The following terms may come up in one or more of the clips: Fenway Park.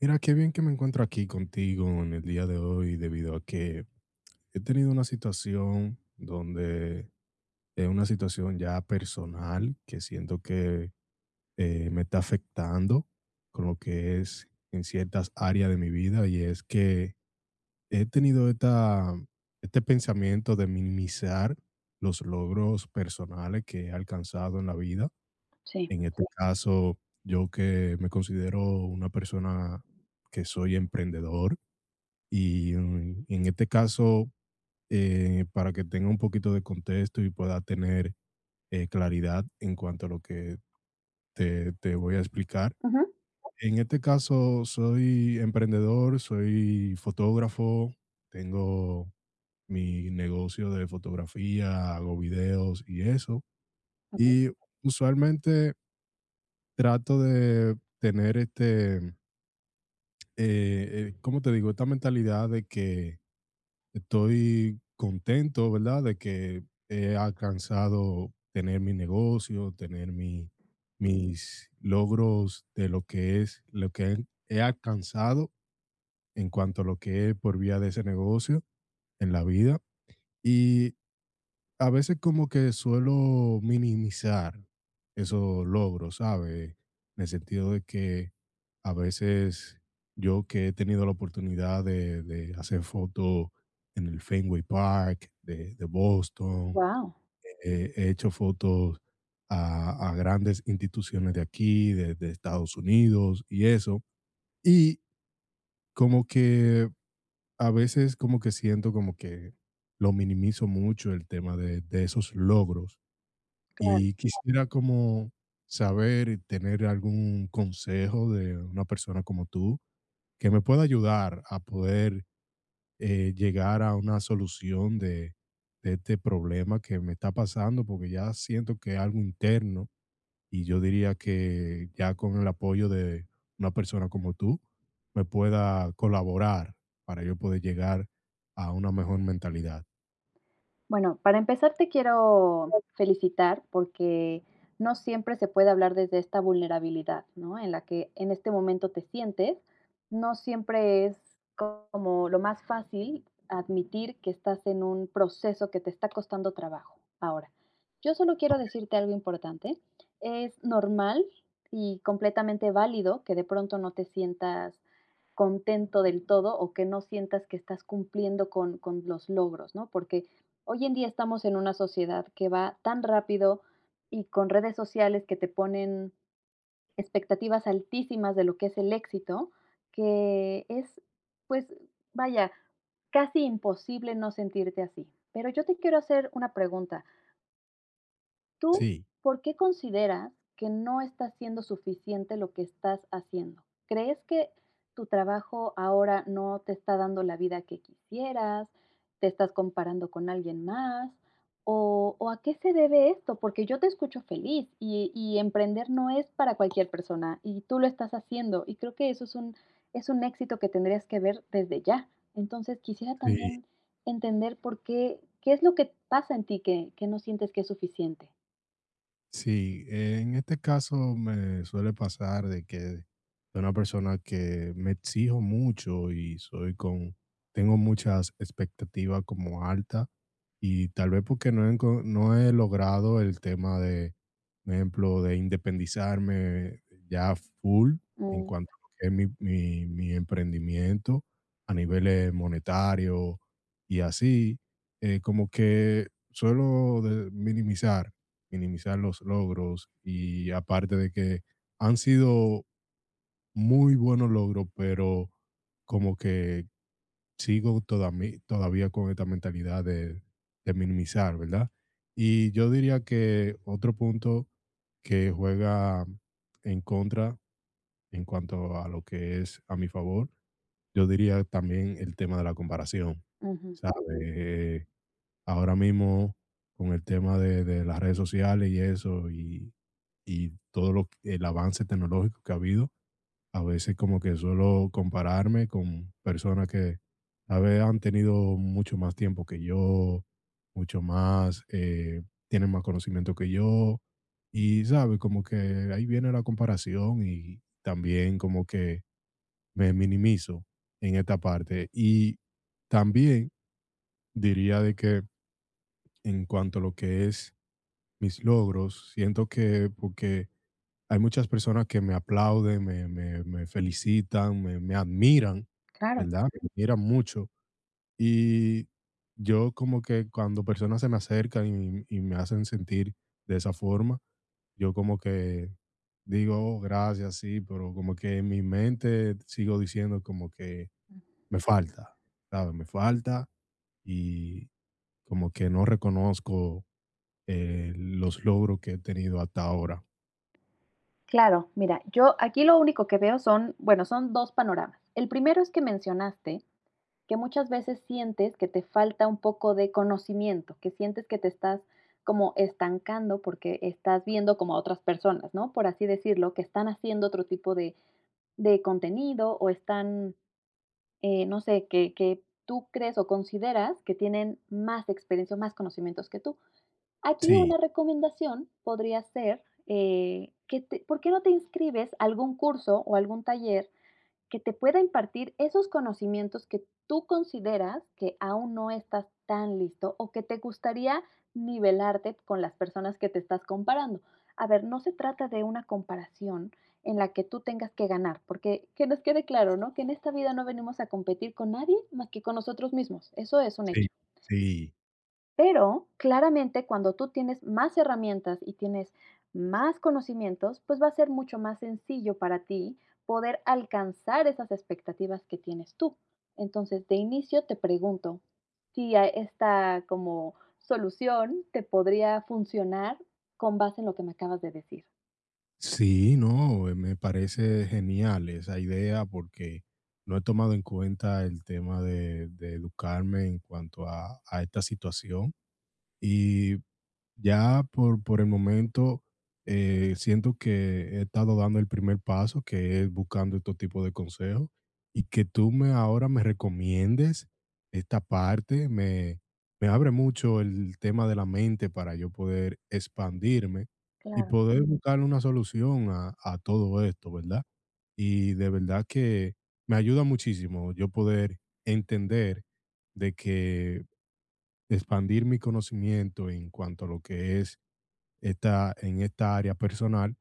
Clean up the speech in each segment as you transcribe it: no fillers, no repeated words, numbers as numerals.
Mira, qué bien que me encuentro aquí contigo en el día de hoy, debido a que he tenido una situación donde es una situación ya personal que siento que me está afectando con lo que es en ciertas áreas de mi vida, y es que he tenido este pensamiento de minimizar los logros personales que he alcanzado en la vida. Sí. En este caso, yo que me considero una persona que soy emprendedor, y en este caso, para que tenga un poquito de contexto y pueda tener claridad en cuanto a lo que te voy a explicar. Ujú. En este caso, soy emprendedor, soy fotógrafo, tengo mi negocio de fotografía, hago videos y eso. Wow. Y usualmente trato de tener ¿cómo te digo? Esta mentalidad de que estoy contento, ¿verdad? De que he alcanzado tener mi negocio, tener mis logros de lo que lo que he alcanzado en cuanto a lo que es por vía de ese negocio en la vida. Y a veces como que suelo minimizar esos logros, ¿sabes? En el sentido de que a veces yo que he tenido la oportunidad de hacer fotos en el Fenway Park de Boston, he hecho fotos a grandes instituciones de aquí, de Estados Unidos y eso. Y como que a veces como que siento como que lo minimizo mucho el tema de esos logros, Claro. y quisiera como saber y tener algún consejo de una persona como tú que me pueda ayudar a poder llegar a una solución de este problema que me está pasando, porque ya siento que es algo interno, y yo diría que ya con el apoyo de una persona como tú me pueda colaborar para yo poder llegar a una mejor mentalidad. Bueno, para empezar, te quiero felicitar porque no siempre se puede hablar desde esta vulnerabilidad, ¿no?, en la que en este momento te sientes. No siempre es como lo más fácil admitir que estás en un proceso que te está costando trabajo. Ahora, yo solo quiero decirte algo importante. Es normal y completamente válido que de pronto no te sientas contento del todo o que no sientas que estás cumpliendo con los logros, ¿no? Porque hoy en día estamos en una sociedad que va tan rápido y con redes sociales que te ponen expectativas altísimas de lo que es el éxito, que es, pues, vaya, casi imposible no sentirte así. Pero yo te quiero hacer una pregunta. ¿Tú Sí, por qué consideras que no está siendo suficiente lo que estás haciendo? ¿Crees que tu trabajo ahora no te está dando la vida que quisieras? ¿Te estás comparando con alguien más? O a qué se debe esto? Porque yo te escucho feliz y emprender no es para cualquier persona y tú lo estás haciendo y creo que eso es un éxito que tendrías que ver desde ya. Entonces quisiera, Mm, sí. también entender por qué, qué es lo que pasa en ti que no sientes que es suficiente. Sí, en este caso me suele pasar de que de una persona que me exijo mucho y soy con, tengo muchas expectativas como alta, y tal vez porque no he, no he logrado el tema de, por ejemplo, de independizarme ya full en Mm, cuanto a lo que es mi emprendimiento a niveles monetarios y así, como que suelo minimizar los logros, y aparte de que han sido muy buenos logros, pero como que sigo todavía con esta mentalidad de minimizar, ¿verdad? Y yo diría que otro punto que juega en contra en cuanto a lo que es a mi favor, yo diría también el tema de la comparación, ujú, ¿sabes? Eh, Ahora mismo con el tema de las redes sociales y eso, y todo el avance tecnológico que ha habido, a veces como que suelo compararme con personas que a veces han tenido mucho más tiempo que yo, mucho más, tienen más conocimiento que yo, y sabe, como que ahí viene la comparación, y también como que me minimizo en esta parte. Y también diría de que en cuanto a lo que es mis logros, siento que porque hay muchas personas que me aplauden, me felicitan, me admiran, claro, ¿verdad? Me admiran mucho, y yo como que cuando personas se me acercan y me hacen sentir de esa forma, yo como que digo "Oh, gracias, sí", pero como que en mi mente sigo diciendo como que me falta, ¿sabes? Me falta, y como que no reconozco los logros que he tenido hasta ahora. claro. Mira, yo aquí lo único que veo son, bueno, son 2 panoramas. El primero es que mencionaste que muchas veces sientes que te falta un poco de conocimiento, que sientes que te estás como estancando porque estás viendo como a otras personas, ¿no? Por así decirlo, que están haciendo otro tipo de contenido o están, no sé, que tú crees o consideras que tienen más experiencia o más conocimientos que tú. Aquí Sí, una recomendación podría ser, que te, ¿por qué no te inscribes a algún curso o algún taller que te pueda impartir esos conocimientos que tú consideras que aún no estás tan listo o que te gustaría nivelarte con las personas que te estás comparando? A ver, no se trata de una comparación en la que tú tengas que ganar, porque que nos quede claro, ¿no? Que en esta vida no venimos a competir con nadie más que con nosotros mismos. Eso es un sí, hecho. sí. Pero claramente cuando tú tienes más herramientas y tienes más conocimientos, pues va a ser mucho más sencillo para ti poder alcanzar esas expectativas que tienes tú. Entonces, de inicio te pregunto si a esta como solución te podría funcionar con base en lo que me acabas de decir. Sí, no, me parece genial esa idea porque no he tomado en cuenta el tema de educarme en cuanto a esta situación. Y ya por el momento siento que he estado dando el primer paso, que es buscando estos tipos de consejos, y que tú me ahora me recomiendes esta parte, me abre mucho el tema de la mente para yo poder expandirme y Claro. poder buscar una solución a todo esto, ¿verdad? Y de verdad que me ayuda muchísimo yo poder entender de que expandir mi conocimiento en cuanto a lo que es en esta área personal,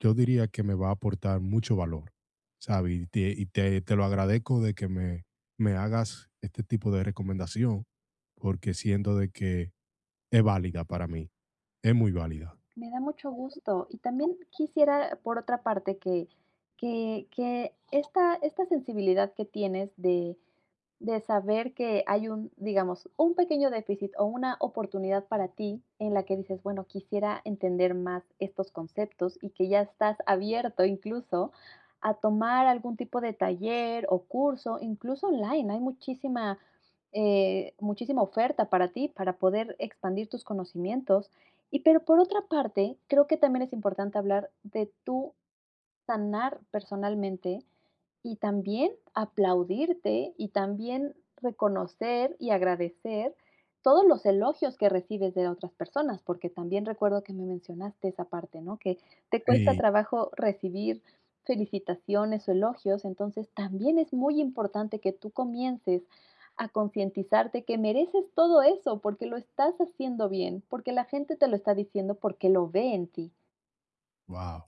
yo diría que me va a aportar mucho valor, ¿sabes? Y te lo agradezco de que me hagas este tipo de recomendación, porque siento de que es válida para mí, es muy válida. Me da mucho gusto. Y también quisiera, por otra parte, que esta, esta sensibilidad que tienes de saber que hay un, digamos, un pequeño déficit o una oportunidad para ti en la que dices, bueno, quisiera entender más estos conceptos y que ya estás abierto incluso a tomar algún tipo de taller o curso, incluso online. Hay muchísima, muchísima oferta para ti para poder expandir tus conocimientos. Y pero por otra parte, creo que también es importante hablar de tu sanar personalmente y también aplaudirte y también reconocer y agradecer todos los elogios que recibes de otras personas, porque también recuerdo que me mencionaste esa parte, ¿no? Que te cuesta Sí. trabajo recibir felicitaciones o elogios, entonces también es muy importante que tú comiences a concientizarte que mereces todo eso porque lo estás haciendo bien, porque la gente te lo está diciendo porque lo ve en ti. Wow,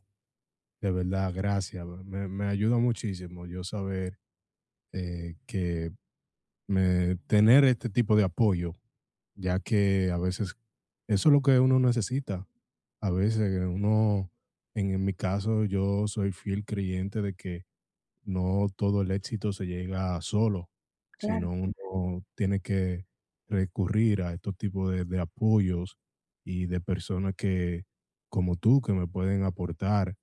de verdad, gracias. Me ayuda muchísimo yo saber que tener este tipo de apoyo, ya que a veces eso es lo que uno necesita. A veces uno, en mi caso, yo soy fiel creyente de que no todo el éxito se llega solo, Claro, sino uno tiene que recurrir a estos tipos de apoyos y de personas que, como tú, que me pueden aportar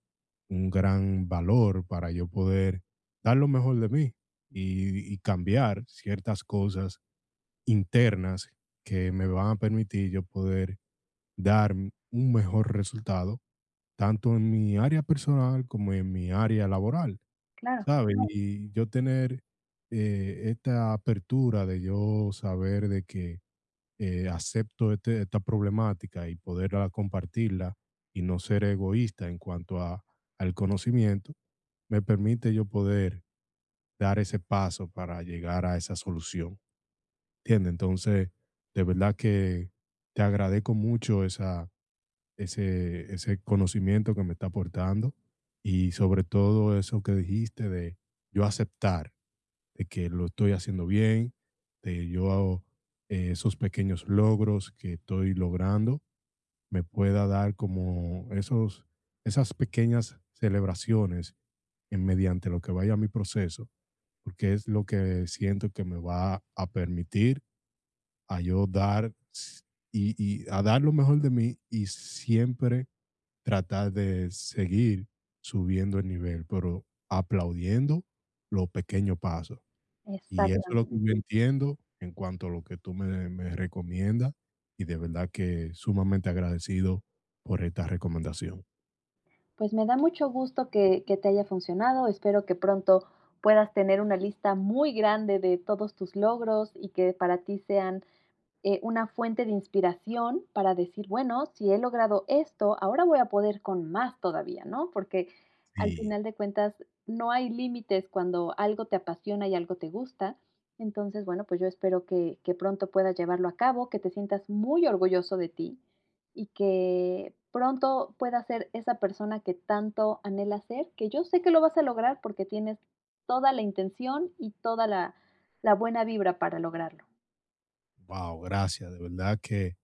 un gran valor para yo poder dar lo mejor de mí, y cambiar ciertas cosas internas que me van a permitir yo poder dar un mejor resultado, tanto en mi área personal como en mi área laboral, claro, ¿sabes? Claro, y yo tener esta apertura de yo saber de que acepto esta problemática y poderla compartirla y no ser egoísta en cuanto a, al conocimiento, me permite yo poder dar ese paso para llegar a esa solución. ¿Entiendes? Entonces, de verdad que te agradezco mucho ese conocimiento que me está aportando, y sobre todo eso que dijiste de yo aceptar, de que lo estoy haciendo bien, de yo hago, esos pequeños logros que estoy logrando, me pueda dar como esas pequeñas celebraciones en mediante lo que vaya mi proceso, porque es lo que siento que me va a permitir a yo dar y, y a dar lo mejor de mí, y siempre tratar de seguir subiendo el nivel, pero aplaudiendo los pequeños pasos. Y eso es exactamente. lo que yo entiendo en cuanto a lo que tú me recomiendas, y de verdad que sumamente agradecido por esta recomendación. Pues me da mucho gusto que te haya funcionado. Espero que pronto puedas tener una lista muy grande de todos tus logros y que para ti sean una fuente de inspiración para decir, bueno, si he logrado esto, ahora voy a poder con más todavía, ¿no? Porque al Sí. final de cuentas no hay límites cuando algo te apasiona y algo te gusta. Entonces, bueno, pues yo espero que pronto puedas llevarlo a cabo, que te sientas muy orgulloso de ti y que pronto puedas ser esa persona que tanto anhela ser, que yo sé que lo vas a lograr porque tienes toda la intención y toda la, la buena vibra para lograrlo. Wow, gracias. De verdad que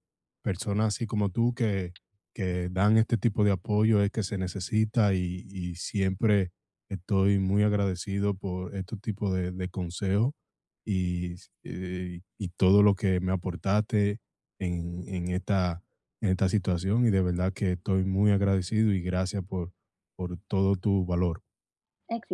personas así como tú que dan este tipo de apoyo es que se necesita, y siempre estoy muy agradecido por este tipo de consejos y, y todo lo que me aportaste en, en esta situación, y de verdad que estoy muy agradecido y gracias por todo tu valor. Éxito.